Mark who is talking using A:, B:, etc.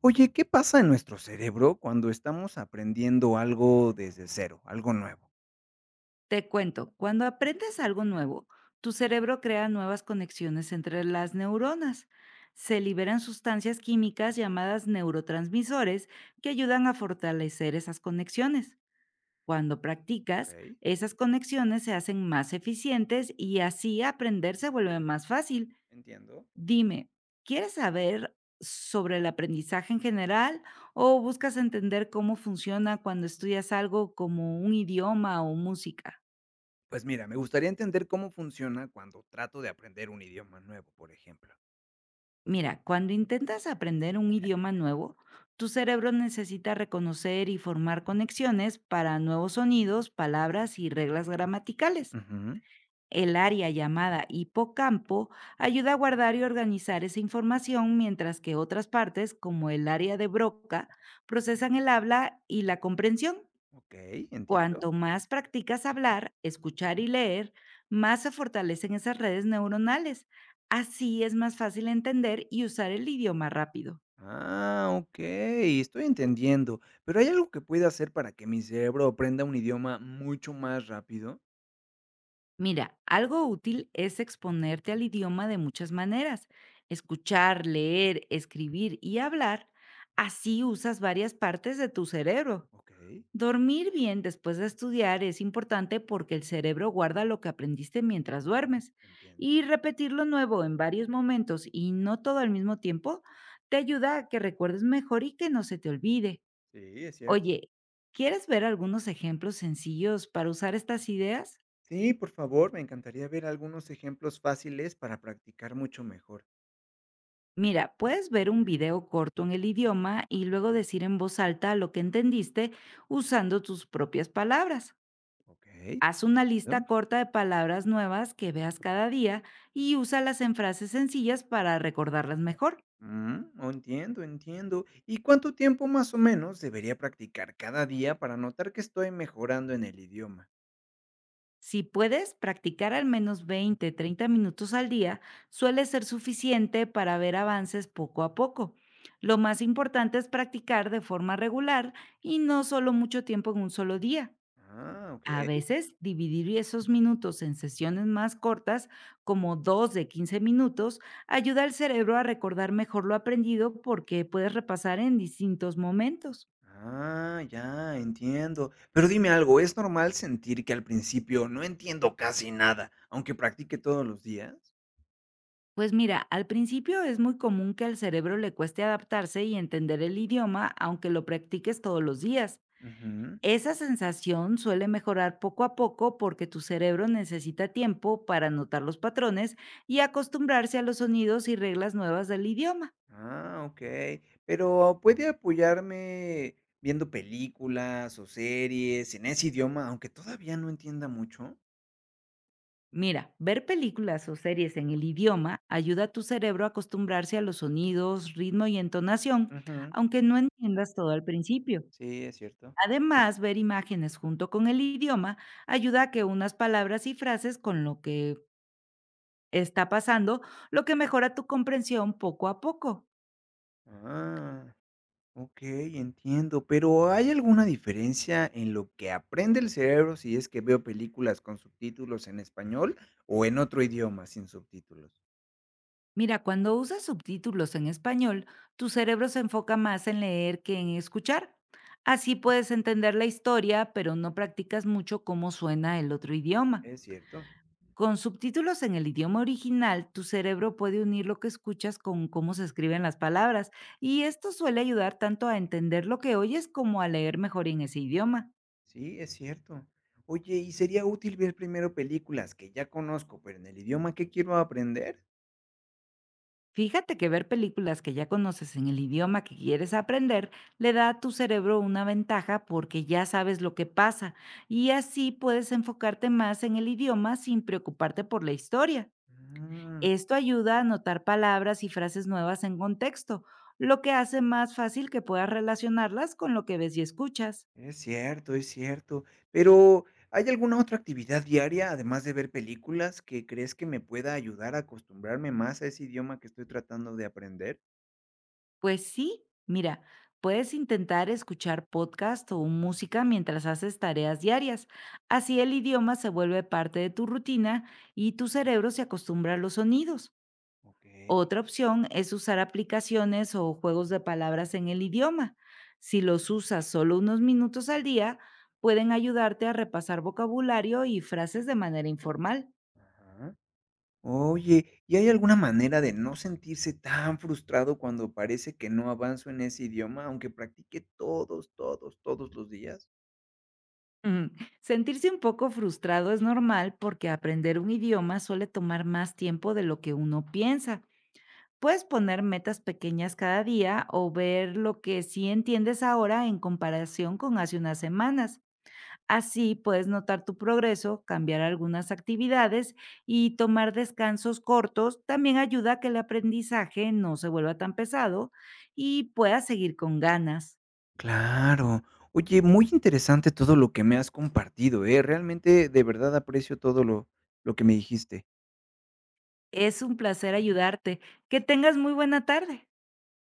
A: Oye, ¿qué pasa en nuestro cerebro cuando estamos aprendiendo algo desde cero, algo nuevo?
B: Te cuento, cuando aprendes algo nuevo, tu cerebro crea nuevas conexiones entre las neuronas. Se liberan sustancias químicas llamadas neurotransmisores que ayudan a fortalecer esas conexiones. Cuando practicas,
A: Ok,
B: esas conexiones se hacen más eficientes y así aprender se vuelve más fácil.
A: entiendo.
B: Dime, ¿quieres saber sobre el aprendizaje en general o buscas entender cómo funciona cuando estudias algo como un idioma o música?
A: Pues mira, me gustaría entender cómo funciona cuando trato de aprender un idioma nuevo, por ejemplo.
B: Mira, cuando intentas aprender un idioma nuevo, tu cerebro necesita reconocer y formar conexiones para nuevos sonidos, palabras y reglas gramaticales.
A: Ujú,
B: El área llamada hipocampo ayuda a guardar y organizar esa información, mientras que otras partes, como el área de Broca, procesan el habla y la comprensión.
A: ok, entiendo.
B: Cuanto más practicas hablar, escuchar y leer, más se fortalecen esas redes neuronales. Así es más fácil entender y usar el idioma rápido.
A: Ah, ok, estoy entendiendo. Pero ¿hay algo que pueda hacer para que mi cerebro aprenda un idioma mucho más rápido?
B: Mira, algo útil es exponerte al idioma de muchas maneras. Escuchar, leer, escribir y hablar. Así usas varias partes de tu cerebro.
A: Ok,
B: Dormir bien después de estudiar es importante porque el cerebro guarda lo que aprendiste mientras duermes
A: entiendo.
B: y repetir lo nuevo en varios momentos y no todo al mismo tiempo te ayuda a que recuerdes mejor y que no se te olvide.
A: Sí, es cierto.
B: Oye, ¿quieres ver algunos ejemplos sencillos para usar estas ideas?
A: Sí, por favor, me encantaría ver algunos ejemplos fáciles para practicar mucho mejor.
B: Mira, puedes ver un video corto en el idioma y luego decir en voz alta lo que entendiste usando tus propias palabras.
A: Ok.
B: Haz una lista
A: ¿Perdón?
B: corta de palabras nuevas que veas cada día y úsalas en frases sencillas para recordarlas mejor.
A: Oh, entiendo, entiendo. ¿Y cuánto tiempo más o menos debería practicar cada día para notar que estoy mejorando en el idioma?
B: Si puedes practicar al menos 20, 30 minutos al día, suele ser suficiente para ver avances poco a poco. Lo más importante es practicar de forma regular y no solo mucho tiempo en un solo día.
A: Ah, ok.
B: A veces, dividir esos minutos en sesiones más cortas, como dos de 15 minutos, ayuda al cerebro a recordar mejor lo aprendido porque puedes repasar en distintos momentos.
A: Ah, ya, entiendo. Pero dime algo, ¿es normal sentir que al principio no entiendo casi nada, aunque practique todos los días?
B: Pues mira, al principio es muy común que al cerebro le cueste adaptarse y entender el idioma, aunque lo practiques todos los días.
A: Ujú.
B: Esa sensación suele mejorar poco a poco porque tu cerebro necesita tiempo para notar los patrones y acostumbrarse a los sonidos y reglas nuevas del idioma.
A: Ah, ok. Pero ¿puede apoyarme viendo películas o series en ese idioma, aunque todavía no entienda mucho?
B: Mira, ver películas o series en el idioma ayuda a tu cerebro a acostumbrarse a los sonidos, ritmo y entonación,
A: Ujú.
B: aunque no entiendas todo al principio.
A: Sí, es cierto.
B: Además, ver imágenes junto con el idioma ayuda a que unas palabras y frases con lo que está pasando, lo que mejora tu comprensión poco a poco.
A: Ah, okey, entiendo, pero ¿hay alguna diferencia en lo que aprende el cerebro si es que veo películas con subtítulos en español o en otro idioma sin subtítulos?
B: Mira, cuando usas subtítulos en español, tu cerebro se enfoca más en leer que en escuchar. Así puedes entender la historia, pero no practicas mucho cómo suena el otro idioma.
A: ¿Es cierto?
B: Con subtítulos en el idioma original, tu cerebro puede unir lo que escuchas con cómo se escriben las palabras, y esto suele ayudar tanto a entender lo que oyes como a leer mejor en ese idioma.
A: Sí, es cierto. Oye, ¿y sería útil ver primero películas que ya conozco, pero en el idioma que quiero aprender?
B: Fíjate que ver películas que ya conoces en el idioma que quieres aprender le da a tu cerebro una ventaja porque ya sabes lo que pasa y así puedes enfocarte más en el idioma sin preocuparte por la historia.
A: Mm.
B: Esto ayuda a anotar palabras y frases nuevas en contexto, lo que hace más fácil que puedas relacionarlas con lo que ves y escuchas.
A: Es cierto, es cierto. Pero ¿hay alguna otra actividad diaria, además de ver películas, que crees que me pueda ayudar a acostumbrarme más a ese idioma que estoy tratando de aprender?
B: Pues sí, mira, puedes intentar escuchar podcast o música mientras haces tareas diarias. Así el idioma se vuelve parte de tu rutina y tu cerebro se acostumbra a los sonidos.
A: Okey,
B: Otra opción es usar aplicaciones o juegos de palabras en el idioma. Si los usas solo unos minutos al día, pueden ayudarte a repasar vocabulario y frases de manera informal.
A: ajá. Oye, ¿y hay alguna manera de no sentirse tan frustrado cuando parece que no avanzo en ese idioma, aunque practique todos, todos, todos los días?
B: Ujú. Sentirse un poco frustrado es normal porque aprender un idioma suele tomar más tiempo de lo que uno piensa. Puedes poner metas pequeñas cada día o ver lo que sí entiendes ahora en comparación con hace unas semanas. Así puedes notar tu progreso, cambiar algunas actividades y tomar descansos cortos. También ayuda a que el aprendizaje no se vuelva tan pesado y puedas seguir con ganas.
A: Claro. Oye, muy interesante todo lo que me has compartido, ¿eh? Realmente, de verdad aprecio todo lo que me dijiste.
B: Es un placer ayudarte. Que tengas muy buena tarde.